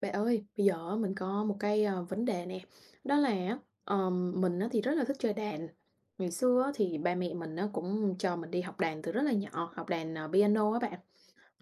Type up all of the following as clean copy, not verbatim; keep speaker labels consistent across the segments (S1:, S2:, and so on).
S1: Bạn ơi, bây giờ á, mình có một cái, vấn đề nè. Đó là á, mình á thì rất là thích chơi đàn. Ngày xưa á thì ba mẹ mình á cũng cho mình đi học đàn từ rất là nhỏ, học đàn, piano á bạn.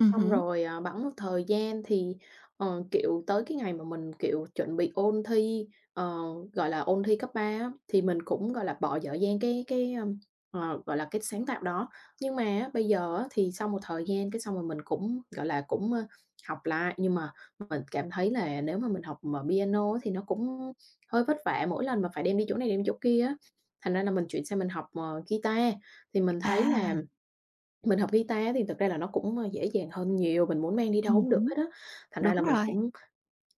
S1: Xong
S2: Hứm.
S1: rồi, bẵng một thời gian thì, kiểu, tới cái ngày mà mình, kiểu, chuẩn bị ôn thi, gọi là, ôn thi cấp 3 á, thì mình cũng, gọi là, bỏ dở dang cái, gọi là, cái sáng tạo đó. Nhưng mà á, bây giờ á, thì sau một thời gian cái xong rồi mình cũng, gọi là, cũng, học lại, nhưng mà mình cảm thấy là nếu mà mình học mà piano á thì nó cũng hơi vất vả, mỗi lần mà phải đem đi chỗ này đem chỗ kia á, thành ra là mình chuyển sang mình học, guitar. Thì mình thấy
S2: À,
S1: là mình học guitar á thì thực ra là nó cũng, dễ dàng hơn nhiều, mình muốn mang đi đâu cũng được
S2: hứm,
S1: hết á. Thành ra
S2: đúng
S1: là mình
S2: rồi.
S1: cũng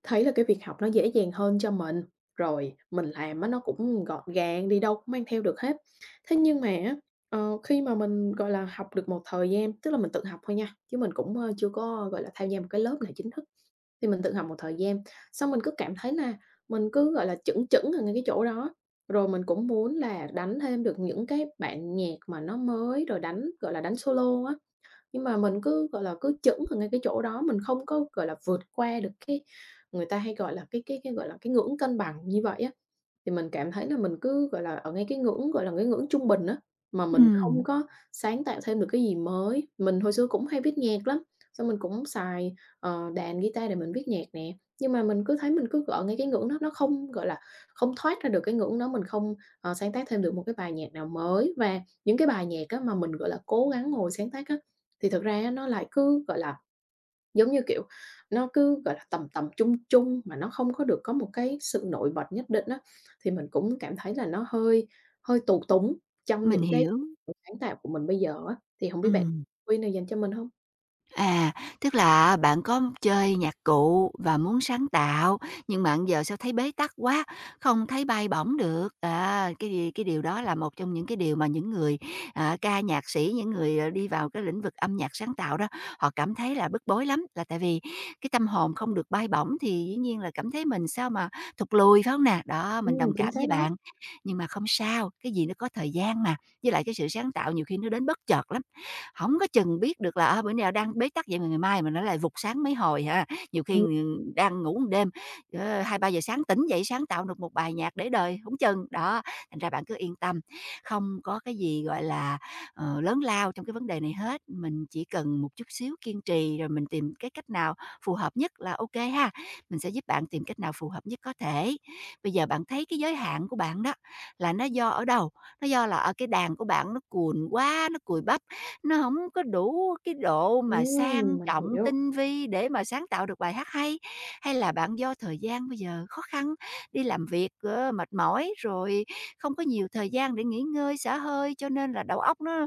S1: thấy là cái việc học nó dễ dàng hơn cho mình, rồi mình làm á nó cũng gọn gàng, đi đâu cũng mang theo được hết. Thế nhưng mà á, khi mà mình, gọi là, học được một thời gian tức là mình tự học thôi nha, chứ mình cũng, chưa có, gọi là, tham gia một cái lớp nào chính thức, thì mình tự học một thời gian, xong mình cứ cảm thấy là mình cứ, gọi là, chững chững ở ngay cái chỗ đó. Rồi mình cũng muốn là đánh thêm được những cái bản nhạc mà nó mới, rồi đánh, gọi là, đánh solo á. Nhưng mà mình cứ, gọi là, cứ chững ở ngay cái chỗ đó, mình không có, gọi là, vượt qua được cái người ta hay gọi là cái, gọi là, cái ngưỡng cân bằng như vậy á. Thì mình cảm thấy là mình cứ, gọi là, ở ngay cái ngưỡng, gọi là, cái ngưỡng trung bình á, mà mình
S2: Ừm,
S1: không có sáng tạo thêm được cái gì mới. Mình hồi xưa cũng hay viết nhạc lắm, xong mình cũng xài, đàn guitar để mình viết nhạc nè, nhưng mà mình cứ thấy mình cứ ở ngay cái ngưỡng đó, nó không, gọi là, không thoát ra được cái ngưỡng đó, mình không, sáng tác thêm được một cái bài nhạc nào mới. Và những cái bài nhạc á mà mình, gọi là, cố gắng ngồi sáng tác á, thì thực ra á nó lại cứ, gọi là, giống như, kiểu, nó cứ, gọi là, tầm tầm, chung chung mà nó không có được có một cái sự nổi bật nhất định á, thì mình cũng cảm thấy là nó hơi hơi tù túng trong
S2: mình
S1: những cái
S2: hiểu.
S1: sáng tạo của mình bây giờ á. Thì không biết bạn
S2: Ừm.
S1: khuyên nào dành cho mình không?
S2: À, tức là bạn có chơi nhạc cụ và muốn sáng tạo, nhưng mà giờ sao thấy bế tắc quá, không thấy bay bổng được. À, cái gì cái điều đó là một trong những cái điều mà những người, ca nhạc sĩ, những người, đi vào cái lĩnh vực âm nhạc sáng tạo đó, họ cảm thấy là bức bối lắm, là tại vì cái tâm hồn không được bay bổng thì dĩ nhiên là cảm thấy mình sao mà thụt lùi, phải không nè? Đó, mình đồng
S1: Chính
S2: cảm
S1: xác
S2: với
S1: đó.
S2: bạn. Nhưng mà không sao, cái gì nó có thời gian mà, với lại cái sự sáng tạo nhiều khi nó đến bất chợt lắm, không có chừng biết được là, à, bữa nào đang bế tắc vậy mà ngày mai mà nó lại vụt sáng mấy hồi ha. Nhiều khi,
S1: Ừm,
S2: đang ngủ một đêm, 2-3 giờ sáng tỉnh dậy sáng tạo được một bài nhạc để đời, không chừng. Đó, thành ra bạn cứ yên tâm, không có cái gì, gọi là, lớn lao trong cái vấn đề này hết, mình chỉ cần một chút xíu kiên trì rồi mình tìm cái cách nào phù hợp nhất là ok ha. Mình sẽ giúp bạn tìm cách nào phù hợp nhất có thể. Bây giờ bạn thấy cái giới hạn của bạn đó là nó do ở đâu? Nó do là, ở cái đàn của bạn nó cuồn quá, nó cùi bắp, nó không có đủ cái độ mà sang
S1: mình
S2: trọng,
S1: hiểu.
S2: tinh vi để mà sáng tạo được bài hát hay? Hay là bạn do thời gian bây giờ khó khăn, đi làm việc, mệt mỏi, rồi không có nhiều thời gian để nghỉ ngơi, xả hơi, cho nên là đầu óc nó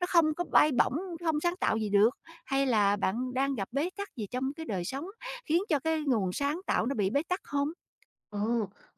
S2: nó không có bay bổng, không sáng tạo gì được? Hay là bạn đang gặp bế tắc gì trong cái đời sống, khiến cho cái nguồn sáng tạo nó bị bế tắc không?
S1: Ồ,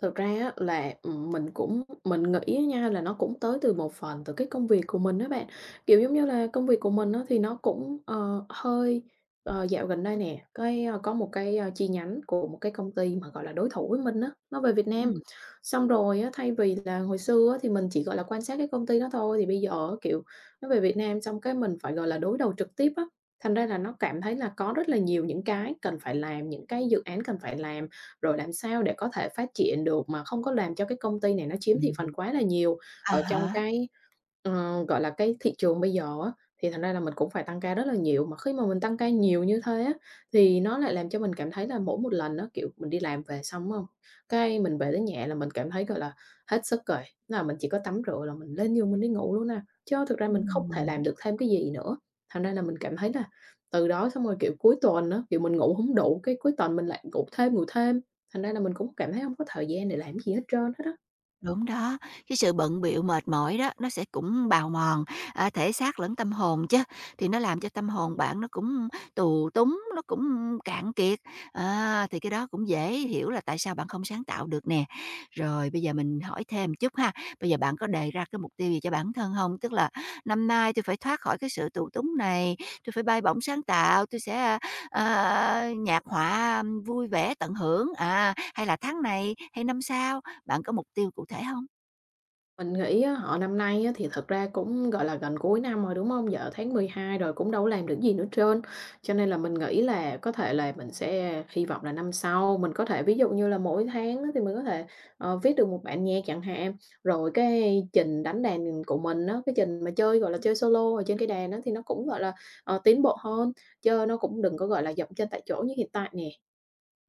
S1: thực ra á là, mình nghĩ á nha là nó cũng tới từ một phần từ cái công việc của mình đó bạn. Kiểu, giống như là, công việc của mình á thì nó cũng, dạo gần đây nè, cái, có một cái, chi nhánh của một cái công ty mà, gọi là, đối thủ với mình á, nó về Việt Nam.
S2: Ừm,
S1: Xong rồi á, thay vì là hồi xưa á thì mình chỉ, gọi là, quan sát cái công ty đó thôi, thì bây giờ á, kiểu, nó về Việt Nam xong cái mình phải, gọi là, đối đầu trực tiếp á, thành ra là nó cảm thấy là có rất là nhiều những cái cần phải làm, những cái dự án cần phải làm rồi làm sao để có thể phát triển được mà không có làm cho cái công ty này nó chiếm thị phần quá là nhiều
S2: à
S1: ở
S2: há,
S1: trong cái, gọi là, cái thị trường bây giờ á, thì thành ra là mình cũng phải tăng ca rất là nhiều, mà khi mà mình tăng ca nhiều như thế á, thì nó lại làm cho mình cảm thấy là mỗi một lần á, kiểu, mình đi làm về xong, đúng cái mình về đến nhà là mình cảm thấy, gọi là, hết sức rồi, là mình chỉ có tắm rửa là mình lên giường mình đi ngủ luôn nè chứ thực ra mình không thể làm
S2: ừm.
S1: được thêm cái gì nữa. Thành ra là mình cảm thấy là từ đó xong rồi, kiểu, cuối tuần á, kiểu, mình ngủ hổng đủ, cái cuối tuần mình lại ngủ thêm, thành ra là mình cũng cảm thấy không có thời gian để làm cái gì hết trơn hết á.
S2: Đúng đó, cái sự bận bịu mệt mỏi đó, nó sẽ cũng bào mòn, à, thể xác lẫn tâm hồn chứ, thì nó làm cho tâm hồn bạn nó cũng tù túng, nó cũng cạn kiệt, à, thì cái đó cũng dễ hiểu là tại sao bạn không sáng tạo được nè. Rồi bây giờ mình hỏi thêm một chút ha, bây giờ bạn có đề ra cái mục tiêu gì cho bản thân không? Tức là năm nay tôi phải thoát khỏi cái sự tù túng này, tôi phải bay bổng sáng tạo, tôi sẽ, nhạc họa vui vẻ tận hưởng, à, hay là tháng này hay năm sau? Bạn có mục tiêu cụ thể không?
S1: Mình nghĩ á, họ năm nay á, thì thật ra cũng, gọi là, gần cuối năm rồi, đúng không? Giờ tháng 12 rồi cũng đâu làm được gì nữa trơn, cho nên là mình nghĩ là có thể là mình sẽ hy vọng là năm sau mình có thể ví dụ như là mỗi tháng á, thì mình có thể, viết được một bản nhạc chẳng hạn, rồi cái trình đánh đàn của mình á, cái trình mà chơi, gọi là, chơi solo ở trên cái đàn á, thì nó cũng, gọi là, tiến bộ hơn, chứ nó cũng đừng có, gọi là, dậm chân tại chỗ như hiện tại nè.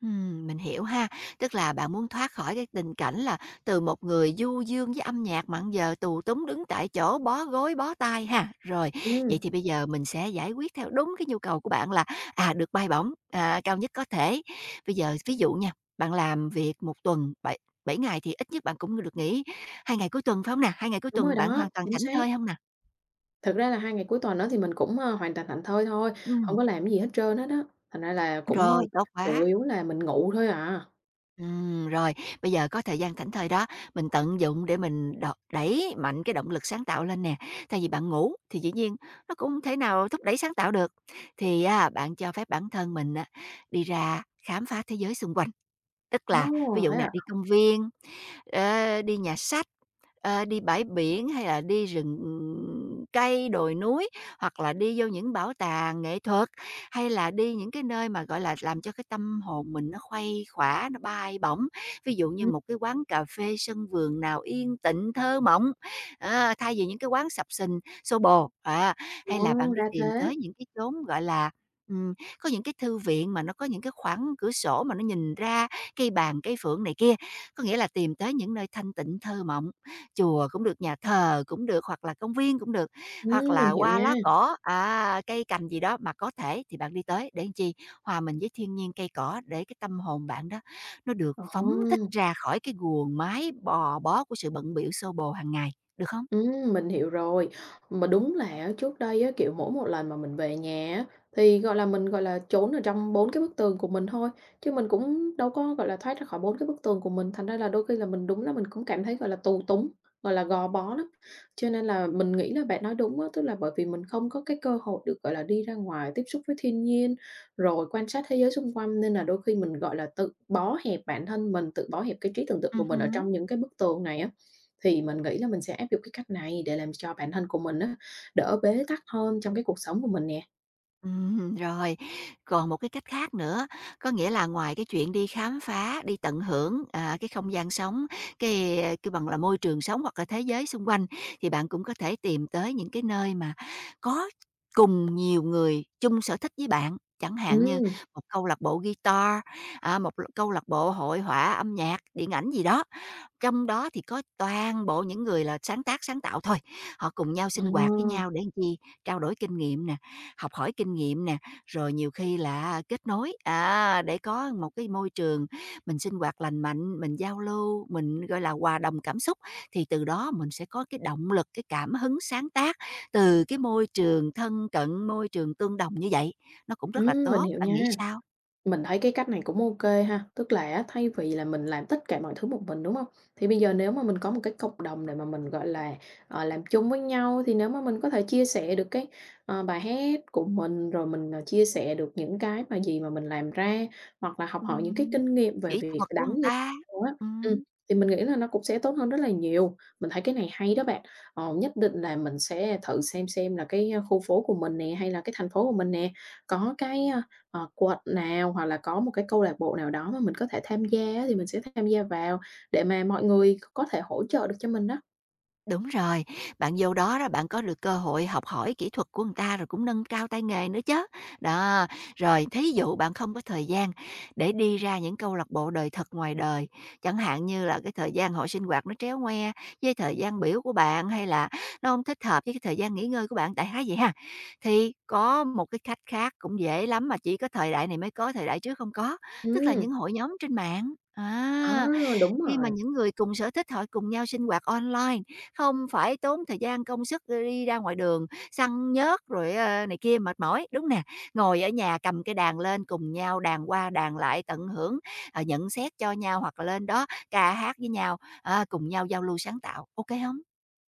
S2: Mình hiểu ha, tức là bạn muốn thoát khỏi cái tình cảnh là từ một người du dương với âm nhạc mặn giờ tù túng đứng tại chỗ bó gối bó tay ha. Rồi, vậy
S1: Ừ,
S2: thì bây giờ mình sẽ giải quyết theo đúng cái nhu cầu của bạn là, được bay bổng, à, cao nhất có thể. Bây giờ ví dụ nha, bạn làm việc một tuần bảy bảy ngày thì ít nhất bạn cũng được nghỉ 2 ngày cuối tuần, phải không nè? hai ngày cuối
S1: đúng rồi
S2: tuần bạn
S1: đó,
S2: hoàn toàn
S1: chính
S2: thảnh
S1: xác.
S2: thơi không nè?
S1: Thực ra là 2 ngày cuối tuần đó thì mình cũng, hoàn thành thảnh thơi thôi, hông
S2: Ừm,
S1: có làm cái gì hết trơn hết á, thành ra là cũng,
S2: rồi, tốt
S1: chủ
S2: quá.
S1: yếu là mình ngủ thôi à.
S2: Rồi, bây giờ có thời gian thảnh thơi đó, mình tận dụng để mình đo đẩy mạnh cái động lực sáng tạo lên nè. Thay vì bạn ngủ thì dĩ nhiên nó cũng hông thể nào thúc đẩy sáng tạo được, thì á, bạn cho phép bản thân mình á, đi ra khám phá thế giới xung quanh. Tức
S1: Ồ,
S2: là ví dụ
S1: thế
S2: nè,
S1: à?
S2: đi công viên, ờ, đi nhà sách, đi bãi biển hay là đi rừng cây, đồi núi, hoặc là đi vô những bảo tàng nghệ thuật, hay là đi những cái nơi mà, gọi là, làm cho cái tâm hồn mình nó khuây khỏa, nó bay bổng. Ví dụ như
S1: Ừm,
S2: một cái quán cà phê sân vườn nào yên tịnh, thơ mộng, thay vì những cái quán sập sình, xô bồ, à, hay
S1: ờ,
S2: là bạn đi
S1: ra
S2: tìm
S1: thế.
S2: tới những cái chốn, gọi là, có những cái thư viện mà nó có những cái khoảng cửa sổ mà nó nhìn ra cây bàng, cây phượng này kia. Có nghĩa là tìm tới những nơi thanh tịnh, thơ mộng, chùa cũng được, nhà thờ cũng được, hoặc là công viên cũng được, hoặc là
S1: Mình hiểu
S2: qua
S1: nha.
S2: lá cỏ, cây cành gì đó mà có thể thì bạn đi tới để làm chi? Hòa mình với thiên nhiên, cây cỏ để cái tâm hồn bạn đó nó được
S1: Ồ.
S2: phóng thích ra khỏi cái guồng máy bò bó của sự bận biểu xô bồ hàng ngày, được không?
S1: Mình hiểu rồi. Mà đúng là á, trước đây á, kiểu, mỗi một lần mà mình về nhà á, thì, gọi là, mình, gọi là, trốn ở trong 4 cái bức tường của mình thôi, chứ mình cũng đâu có, gọi là, thoát ra khỏi 4 cái bức tường của mình, thành ra là đôi khi là mình đúng là mình cũng cảm thấy, gọi là, tù túng, gọi là, gò bó lắm. Cho nên là mình nghĩ là bạn nói đúng á, tức là bởi vì mình không có cái cơ hội được, gọi là, đi ra ngoài tiếp xúc với thiên nhiên, rồi quan sát thế giới xung quanh nên là đôi khi mình, gọi là, tự bó hẹp bản thân mình, tự bó hẹp cái trí tưởng tượng của mình ở
S2: Hứm.
S1: trong những cái bức tường này á. Thì mình nghĩ là mình sẽ áp dụng cái cách này để làm cho bản thân của mình á, đỡ bế tắc hơn trong cái cuộc sống của mình nè.
S2: Rồi, còn một cái cách khác nữa, có nghĩa là ngoài cái chuyện đi khám phá, đi tận hưởng, à, cái không gian sống, cái kêu bằng là môi trường sống hoặc là thế giới xung quanh, thì bạn cũng có thể tìm tới những cái nơi mà có cùng nhiều người chung sở thích với bạn. Chẳng hạn như
S1: Ừm,
S2: một câu lạc bộ guitar, à, một câu lạc bộ hội họa, âm nhạc, điện ảnh gì đó, trong đó thì có toàn bộ những người là sáng tác, sáng tạo thôi, họ cùng nhau
S1: ờ,
S2: sinh hoạt với nhau để làm chi? Trao đổi kinh nghiệm nè, học hỏi kinh nghiệm nè, rồi nhiều khi là kết nối, để có một cái môi trường mình sinh hoạt lành mạnh, mình giao lưu, mình, gọi là, hòa đồng cảm xúc, thì từ đó mình sẽ có cái động lực, cái cảm hứng sáng tác từ cái môi trường thân cận, môi trường tương đồng như vậy, nó cũng rất là
S1: mình
S2: tốt,
S1: hiểu
S2: bạn
S1: nha.
S2: nghĩ sao?
S1: Mình thấy cái cách này cũng ok ha, tức là á, thay vì là mình làm tất cả mọi thứ một mình, đúng không? Thì bây giờ nếu mà mình có một cái cộng đồng để mà mình, gọi là, làm chung với nhau, thì nếu mà mình có thể chia sẻ được cái, bài hát của mình, rồi mình, chia sẻ được những cái mà gì mà mình làm ra, hoặc là học hỏi những cái
S2: Ừm,
S1: kinh nghiệm về
S2: kỹ
S1: việc
S2: thuật của
S1: đánh
S2: người
S1: như thế
S2: ta.
S1: nào á, ừm, thì mình nghĩ là nó cũng sẽ tốt hơn rất là nhiều. Mình thấy cái này hay đó bạn, nhất định là mình sẽ thử xem là cái, khu phố của mình nè, hay là cái thành phố của mình nè, có cái, quận nào hoặc là có một cái câu lạc bộ nào đó mà mình có thể tham gia á, thì mình sẽ tham gia vào để mà mọi người có thể hỗ trợ được cho mình đó.
S2: Đúng rồi, bạn vô đó đó bạn có được cơ hội học hỏi kỹ thuật của người ta rồi cũng nâng cao tay nghề nữa chứ. Đó, rồi thí dụ bạn không có thời gian để đi ra những câu lạc bộ đời thật ngoài đời, chẳng hạn như là cái thời gian hội sinh hoạt nó tréo ngoe với thời gian biểu của bạn hay là nó không thích hợp với cái thời gian nghỉ ngơi của bạn tại há vậy ha. Thì có một cái cách khác cũng dễ lắm mà chỉ có thời đại này mới có, thời đại trước không có, tức là
S1: Ừm,
S2: những hội nhóm trên mạng.
S1: ờ,
S2: À,
S1: đúng
S2: khi mà
S1: rồi.
S2: những người cùng sở thích họ cùng nhau sinh hoạt online, không phải tốn thời gian công sức, đi ra ngoài đường săn nhớt rồi, này kia mệt mỏi, đúng nè. Ngồi ở nhà cầm cái đàn lên cùng nhau đàn qua đàn lại tận hưởng, nhận xét cho nhau hoặc là lên đó ca hát với nhau, cùng nhau giao lưu sáng tạo, ok không?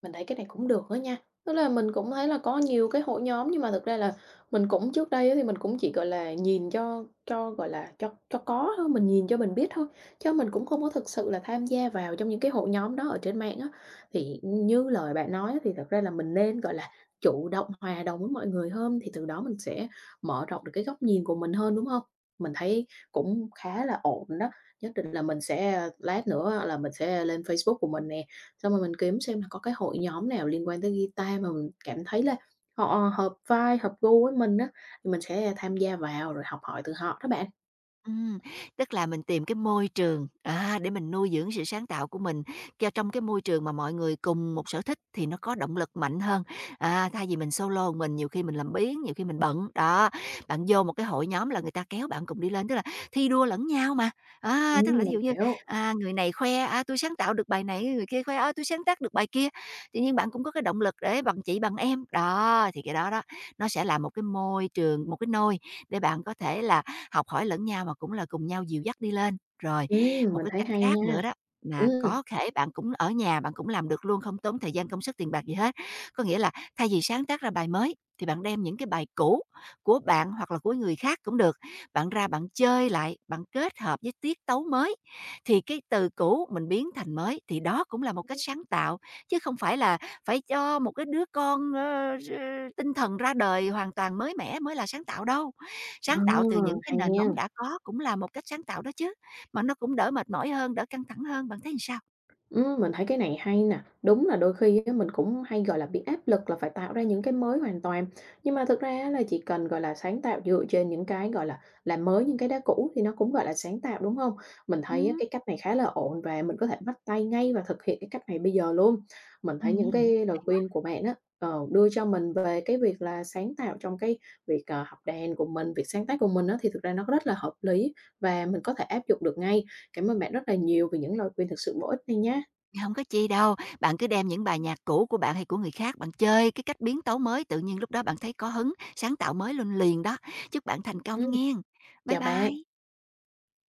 S1: Mình thấy cái này cũng được đó nha. Tức là mình cũng thấy là có nhiều cái hội nhóm nhưng mà thực ra là mình cũng trước đây á thì mình cũng chỉ, gọi là, nhìn cho, gọi là, cho có thôi, mình nhìn cho mình biết thôi, chứ mình cũng không có thực sự là tham gia vào trong những cái hội nhóm đó ở trên mạng á. Thì như lời bạn nói á thì thật ra là mình nên, gọi là, chủ động hòa đồng với mọi người hơn thì từ đó mình sẽ mở rộng được cái góc nhìn của mình hơn, đúng không? Mình thấy cũng khá là ổn đó, nhất định là mình sẽ lát nữa là mình sẽ lên Facebook của mình nè. Xong rồi mình kiếm xem là có cái hội nhóm nào liên quan tới guitar mà mình cảm thấy là họ hợp vai hợp gu với mình á, thì mình sẽ tham gia vào rồi học hỏi từ họ đó bạn.
S2: Ừm, tức là mình tìm cái môi trường, à, để mình nuôi dưỡng sự sáng tạo của mình, cho trong cái môi trường mà mọi người cùng một sở thích thì nó có động lực mạnh hơn. À, thay vì mình solo mình, nhiều khi mình làm biếng, nhiều khi mình bận, đó, bạn vô một cái hội nhóm là người ta kéo bạn cùng đi lên, tức là thi đua lẫn nhau mà. À, tức
S1: Ừm,
S2: là ví
S1: mình
S2: dụ như,
S1: hiểu.
S2: người này khoe, "Tui sáng tạo được bài này", người kia khoe, "Ơ, tui sáng tác được bài kia", tự nhiên bạn cũng có cái động lực để bằng chị bằng em. Đó, thì cái đó đó, nó sẽ là một cái môi trường, một cái nôi để bạn có thể là học hỏi lẫn nhau mà cũng là cùng nhau dìu dắt đi lên. Rồi, một
S1: Mình
S2: cái
S1: thấy
S2: cách
S1: hay
S2: khác
S1: nha.
S2: nữa đó là
S1: Ừm,
S2: có thể bạn cũng ở nhà, bạn cũng làm được luôn, không tốn thời gian, công sức, tiền bạc gì hết. Có nghĩa là thay vì sáng tác ra bài mới thì bạn đem những cái bài cũ của bạn hoặc là của người khác cũng được, bạn ra bạn chơi lại, bạn kết hợp với tiết tấu mới thì cái từ cũ mình biến thành mới thì đó cũng là một cách sáng tạo, chứ không phải là phải cho một cái đứa con, ơ, r tinh thần ra đời hoàn toàn mới mẻ mới là sáng tạo đâu.
S1: ờ,
S2: Sáng tạo từ những cái
S1: hay
S2: nền
S1: nha.
S2: móng đã có cũng là một cách sáng tạo đó chứ, mà nó cũng đỡ mệt mỏi hơn, đỡ căng thẳng hơn, bạn thấy làm sao?
S1: Mình thấy cái này hay nè. Đúng là đôi khi á, mình cũng hay, gọi là, bị áp lực là phải tạo ra những cái mới hoàn toàn. Nhưng mà thực ra á là chỉ cần, gọi là, sáng tạo dựa trên những cái, gọi là, làm mới những cái đã cũ thì nó cũng, gọi là, sáng tạo, đúng không? Mình thấy á,
S2: Ừm.
S1: cái cách này khá là ổn và mình có thể bắt tay ngay và thực hiện cái cách này bây giờ luôn. Mình thấy những
S2: Ừm.
S1: cái lời
S2: Hay quá,
S1: khuyên của bạn á, đưa cho mình về cái việc là sáng tạo trong cái việc, học đàn của mình, việc sáng tác của mình á, thì thực ra nó rất là hợp lý và mình có thể áp dụng được ngay. Cảm ơn bạn rất là nhiều vì những lời khuyên thực sự bổ ích này nhé.
S2: hông có chi đâu, bạn cứ đem những bài nhạc cũ của bạn hay của người khác, bạn chơi cái cách biến tấu mới, tự nhiên lúc đó bạn thấy có hứng, sáng tạo mới luôn liền đó. Chúc bạn thành
S1: Ừ,
S2: công nghen. Bye
S1: chào bạn.
S2: bye.